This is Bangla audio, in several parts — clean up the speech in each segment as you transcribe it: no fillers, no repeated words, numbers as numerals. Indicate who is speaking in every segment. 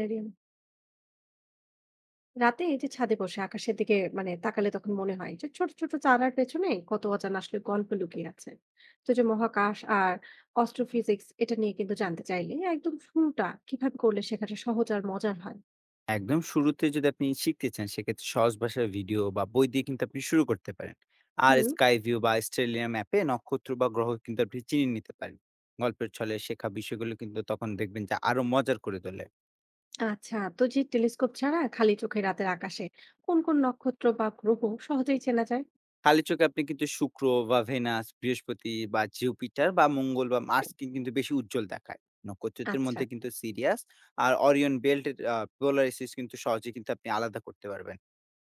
Speaker 1: Aquarium। রাতে এই যে ছাদে বসে আকাশের দিকে মানে তাকালে তখন মনে হয় যে ছোট ছোট চারার পেছনে কত অজানা আসলে গল্প লুকিয়ে আছে। তো যে মহাকাশ আর অস্ট্রোফিজিক্স এটা নিয়ে কিন্তু জানতে চাইলে একদম শুরুটা কিভাবে করলে সেখানে সহজ আর মজার হয়?
Speaker 2: একদম শুরুতে যদি আপনি শিখতে চান সেক্ষেত্রে সহজ ভাষার ভিডিও বা বই দিয়ে কিন্তু আপনি শুরু করতে পারেন। আর
Speaker 1: হুম।
Speaker 2: স্কাই ভিউ বা অস্ট্রেলিয়া ম্যাপে নক্ষত্র বা গ্রহ কিন্তু আপনি চিনে নিতে পারেন। গল্পের ছলে শেখা বিষয়গুলো কিন্তু তখন দেখবেন যে আরো মজার করে তোলে।
Speaker 1: আচ্ছা, তো যে টেলিস্কোপ ছাড়া খালি চোখে রাতের আকাশে কোন কোন নক্ষত্র বা গ্রহ সহজেই চেনা যায়?
Speaker 2: খালি চোখে আপনি কিন্তু শুক্র বা ভেনাস, বৃহস্পতি বা জুপিটার, বা মঙ্গল বা মার্সকে কিন্তু বেশি উজ্জ্বল দেখায়। নক্ষত্রের
Speaker 1: আচ্ছা।
Speaker 2: মধ্যে কিন্তু সিরিয়াস আর অরিয়ন বেল্ট, পোলারিসিস কিন্তু সহজে কিন্তু আপনি আলাদা করতে পারবেন।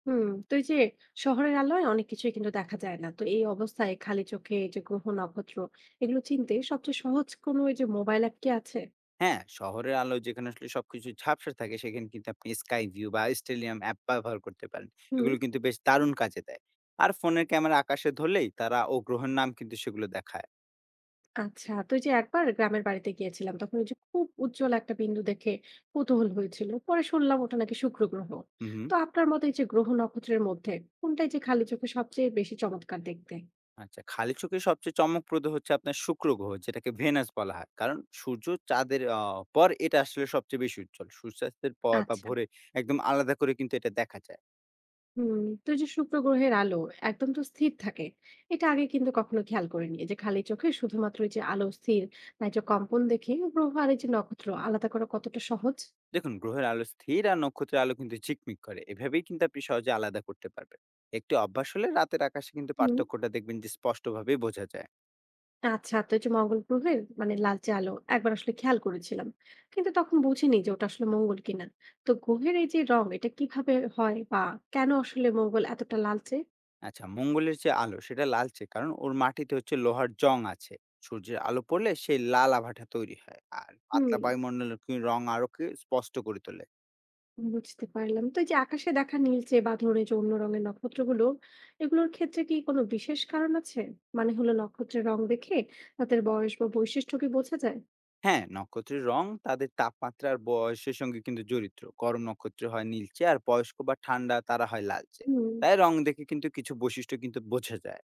Speaker 1: হুম, তো এই যে শহরের আলোয় অনেক কিছুই কিন্তু দেখা যায় না। তো এই অবস্থায় খালি চোখে এই যে গ্রহ নক্ষত্র এগুলো চিনতে সবচেয়ে সহজ কোনো এই যে মোবাইল অ্যাপ কি আছে?
Speaker 2: হ্যাঁ, শহরের আলো যেখানে আসলে সবকিছু ঝাপসা থাকে সেখানে কিন্তু আপনি স্কাই ভিউ বা স্টেডিয়াম অ্যাপ ব্যবহার করতে পারেন।
Speaker 1: হুম।
Speaker 2: এগুলো কিন্তু বেশ দারুণ কাজে দেয়। আর ফোনের ক্যামেরা আকাশে ধরলেই তারা ও গ্রহের নাম কিন্তু সেগুলো দেখায়।
Speaker 1: আচ্ছা, তো এই যে একবার গ্রামের বাড়িতে গিয়েছিলাম তখন ওই যে খুব উজ্জ্বল একটা বিন্দু দেখে কৌতূহল হয়েছিল। পরে শুনলাম ওটা নাকি শুক্র গ্রহ।
Speaker 2: হুম, হুম।
Speaker 1: তো আপনার মতে এই যে গ্রহ নক্ষত্রের মধ্যে কোনটাই যে খালি চোখে সবচেয়ে বেশি চমৎকার দেখতে?
Speaker 2: আচ্ছা, খালি চোখে সবচেয়ে চমকপ্রদ হচ্ছে আপনার শুক্র গ্রহ, যেটাকে ভেনাস বলা হয়। কারণ সূর্য চাঁদের পর এটা আসলে সবচেয়ে বেশি উজ্জ্বল। সূর্যাস্তের পর বা
Speaker 1: আচ্ছা।
Speaker 2: ভোরে একদম আলাদা করে কিন্তু এটা দেখা যায়।
Speaker 1: হুম, তো এই যে শুক্র গ্রহের আলো একদম তো স্থির থাকে, এটা আগে কিন্তু কখনো খেয়াল করিনি। এই যে খালি চোখে শুধুমাত্র এই যে আলো স্থির না এই যে কম্পন দেখে গ্রহ আর এই যে নক্ষত্র আলাদা করা কতটা সহজ।
Speaker 2: দেখুন, গ্রহের আলো স্থির আর নক্ষত্রের আলো কিন্তু ঝিকমিক করে, এভাবেই কিন্তু আপনি সহজে আলাদা করতে পারবেন। একটি অভ্যাস হলে রাতের আকাশে কিন্তু
Speaker 1: হুম।
Speaker 2: পার্থক্যটা দেখবেন যে স্পষ্টভাবে বোঝা যায়।
Speaker 1: আচ্ছা, তো এই যে মঙ্গল গ্রহের মানে লালচে আলো একবার আসলে খেয়াল করেছিলাম, কিন্তু তখন বুঝিনি যে ওটা আসলে মঙ্গল কিনা। তো গ্রহের এই যে রং এটা কিভাবে হয় বা কেন আসলে মঙ্গল এতটা লালচে?
Speaker 2: আচ্ছা, মঙ্গলের যে আলো সেটা লালচে কারণ ওর মাটিতে হচ্ছে লোহার জং আছে। সূর্যের আলো পড়লে সেই লাল আভাটা তৈরি হয়, আর
Speaker 1: হুম,
Speaker 2: পাতলা বায়ুমণ্ডলের রং আরো স্পষ্ট করে তোলে।
Speaker 1: বুঝতে পারলাম। তো এই যে আকাশে দেখা নীলচে বা ধরুন এই যে অন্য রঙের নক্ষত্রগুলো, এগুলোর ক্ষেত্রে কি কোনো বিশেষ কারণ আছে? মানে হলো নক্ষত্রের রং দেখে তাদের বয়স বা বৈশিষ্ট্য কি বোঝা যায়?
Speaker 2: হ্যাঁ, নক্ষত্রের রং তাদের তাপমাত্রা আর বয়সের সঙ্গে কিন্তু জড়িত। গরম নক্ষত্র হয় নীলচে আর বয়স্ক বা ঠান্ডা তারা হয় লালচে।
Speaker 1: হুম।
Speaker 2: তাই রং দেখে কিন্তু কিছু বৈশিষ্ট্য কিন্তু বোঝা যায়।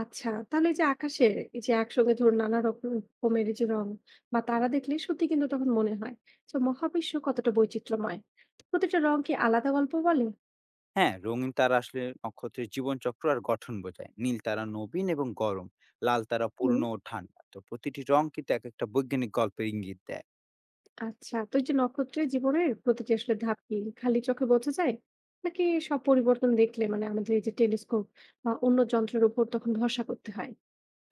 Speaker 1: আচ্ছা, তাহলে এই যে আকাশে এই যে একসঙ্গে ধরুন নানা রকমের এই যে রং বা তারা দেখলে সত্যি কিন্তু তখন মনে হয় যে মহাবিশ্ব কতটা বৈচিত্র্যময়। প্রতিটা রং কি আলাদা গল্প বলে?
Speaker 2: হ্যাঁ, রঙিন তারা আসলে নক্ষত্রের জীবনচক্র আর গঠন বোঝায়। নীল তারা নবীন এবং গরম, লাল তারা
Speaker 1: হুম।
Speaker 2: পুরনো ও ঠান্ডা। তো প্রতিটি রং কিন্তু এক একটা বৈজ্ঞানিক গল্পের ইঙ্গিত দেয়।
Speaker 1: আচ্ছা, তো এই যে নক্ষত্রের জীবনের প্রতিটি আসলে ধাপ কি খালি চোখে বোঝা যায় নাকি সব পরিবর্তন দেখলে মানে আমাদের এই যে টেলিস্কোপ বা অন্য যন্ত্রের উপর তখন ভরসা করতে হয়?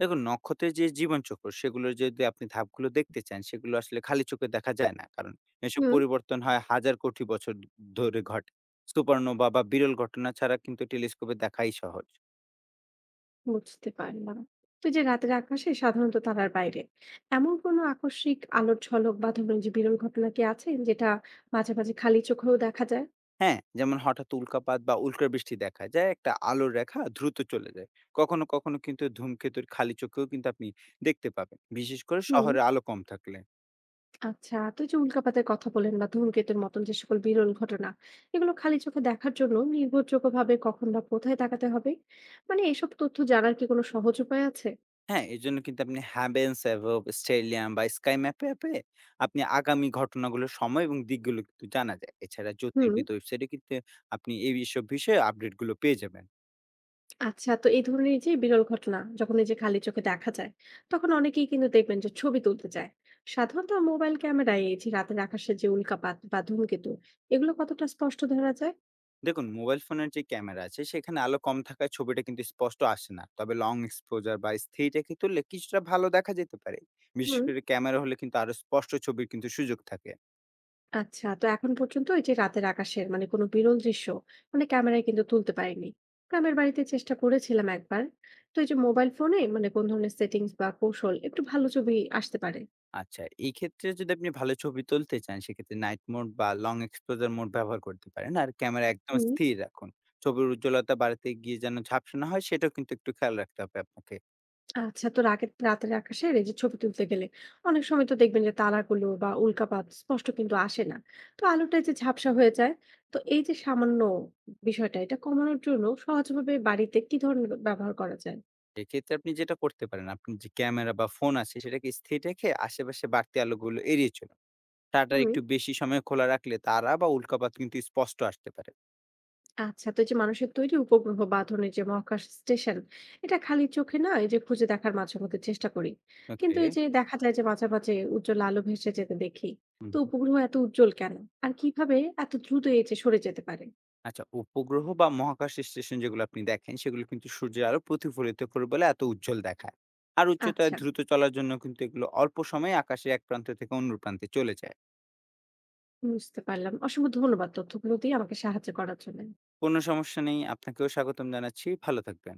Speaker 2: দেখুন, নক্ষত্রের যে জীবনচক্র সেগুলো যদি আপনি ধাপগুলো দেখতে চান, সেগুলো আসলে খালি চোখে দেখা যায় না, কারণ এসব
Speaker 1: হুম,
Speaker 2: পরিবর্তন হয় হাজার কোটি বছর ধরে ঘটে। সুপারনোভা বা বিরল ঘটনা ছাড়া কিন্তু টেলিস্কোপে দেখাই সহজ।
Speaker 1: বুঝতে পারলাম। তো এই যে রাতের আকাশে সাধারণত তারার বাইরে এমন কোনো আকস্মিক আলোর ঝলক বা ধরুন যে বিরল ঘটনা কি আছে যেটা মাঝে মাঝে খালি চোখেও দেখা যায়?
Speaker 2: হ্যাঁ, যেমন হঠাৎ উল্কাপাত বা উল্কা বৃষ্টি দেখা যায়, একটা আলোর রেখা দ্রুত চলে যায়। কখনো কখনো কিন্তু ধূমকেতুর খালি চোখেও কিন্তু আপনি দেখতে পাবেন। বিশেষ করে
Speaker 1: হুম।
Speaker 2: শহরে আলো কম থাকলে।
Speaker 1: আচ্ছা, তো এই যে উল্কাপাতের কথা বলেন বা ধূমকেতুর মতন যে সকল বিরল ঘটনা এগুলো খালি চোখে দেখার জন্য নির্ভরযোগ্য ভাবে কখন বা কোথায় তাকাতে হবে, মানে এসব তথ্য জানার কি কোনো সহজ উপায় আছে?
Speaker 2: হ্যাঁ, এজন্য কিন্তু আপনি হ্যাবেন্স অ্যাভব, স্টেলিয়াম বা স্কাই ম্যাপ অ্যাপে আপনি আগামী ঘটনাগুলোর সময় এবং দিকগুলো কিন্তু জানা যায়। এছাড়া
Speaker 1: হুম।
Speaker 2: জ্যোতির্বিদ ওয়েবসাইটে কিন্তু আপনি এই এসব বিষয়ে আপডেটগুলো পেয়ে যাবেন।
Speaker 1: আচ্ছা, তো এই ধরনের যে বিরল ঘটনা যখন এই যে খালি চোখে দেখা যায় তখন অনেকেই কিন্তু দেখবেন যে ছবি তুলতে চায়। সাধারণত মোবাইল ক্যামেরায় এই যে রাতের আকাশে যে উল্কাপাত বা ধূমকেতু এগুলো কতটা স্পষ্ট ধরা যায়?
Speaker 2: দেখুন, মোবাইল ফোনের যে ক্যামেরা আছে সেখানে আলো কম থাকায় ছবিটা কিন্তু স্পষ্ট আসে না। তবে লং এক্সপোজার বা স্থির রেখে তুললে কিছুটা ভালো দেখা যেতে পারে। বিশেষ
Speaker 1: হুম।
Speaker 2: করে ক্যামেরা হলে কিন্তু আরো স্পষ্ট ছবির কিন্তু সুযোগ থাকে।
Speaker 1: আচ্ছা, তো এখন পর্যন্ত এই যে রাতের আকাশের মানে কোনো বিরল দৃশ্য মানে ক্যামেরায় কিন্তু তুলতে পারিনি। গ্রামের বাড়িতে চেষ্টা করেছিলাম একবার। তো এই যে মোবাইল ফোনে মানে কোন ধরনের সেটিংস বা কৌশল একটু ভালো ছবি আসতে পারে?
Speaker 2: আচ্ছা, এই ক্ষেত্রে যদি আপনি ভালো ছবি তুলতে চান সেক্ষেত্রে নাইট মোড বা লং এক্সপোজার মোড ব্যবহার করতে পারেন, আর ক্যামেরা একদম
Speaker 1: হুম।
Speaker 2: স্থির রাখুন। ছবির উজ্জ্বলতা বাড়াতে গিয়ে যেন ঝাপসা না হয় সেটাও কিন্তু একটু খেয়াল রাখতে হবে আপনাকে।
Speaker 1: আচ্ছা, তো রাতের রাতের আকাশের এই যে ছবি তুলতে গেলে অনেক সময় তো দেখবেন যে তারাগুলো বা উল্কাপাত স্পষ্ট কিন্তু আসে না। তো আলোটা এই যে ঝাপসা হয়ে যায়। তো এই যে সামান্য বিষয়টা এটা কমানোর জন্য সহজভাবে বাড়িতে কি ধরনের ব্যবহার করা যায়?
Speaker 2: এক্ষেত্রে আপনি যেটা করতে পারেন, আপনি যে ক্যামেরা বা ফোন আছে সেটাকে স্থির রেখে আশেপাশে বাড়তি আলোগুলো এড়িয়ে চলুন। শাটার
Speaker 1: হুম।
Speaker 2: একটু বেশি সময় খোলা রাখলে তারা বা উল্কাপাত কিন্তু স্পষ্ট আসতে পারে।
Speaker 1: আচ্ছা, তো এই যে মানুষের তৈরি উপগ্রহ বা ধরুন এই যে মহাকাশ স্টেশন এটা খালি চোখে না এই যে খুঁজে দেখার মাঝে মধ্যে চেষ্টা করি, কিন্তু
Speaker 2: ওকে।
Speaker 1: এই যে দেখা যায় যে মাঝে মাঝে উজ্জ্বল আলো ভেসে যেতে দেখি।
Speaker 2: হুম,
Speaker 1: তো
Speaker 2: হুম।
Speaker 1: উপগ্রহ এত উজ্জ্বল কেন আর কিভাবে এত দ্রুত এই যে সরে যেতে পারে?
Speaker 2: আচ্ছা, উপগ্রহ বা মহাকাশ স্টেশন যেগুলো আপনি দেখেন সেগুলো কিন্তু সূর্যের আলো প্রতিফলিত করে বলে এত উজ্জ্বল দেখায়। আর উচ্চতায়
Speaker 1: আচ্ছা,
Speaker 2: দ্রুত চলার জন্য কিন্তু এগুলো অল্প সময়ে আকাশের এক প্রান্ত থেকে অন্য প্রান্তে চলে যায়।
Speaker 1: বুঝতে পারলাম। অসংখ্য ধন্যবাদ তথ্যগুলো দিয়ে আমাকে সাহায্য করার জন্য।
Speaker 2: কোনো সমস্যা নেই। আপনাকেও স্বাগতম জানাচ্ছি। ভালো থাকবেন।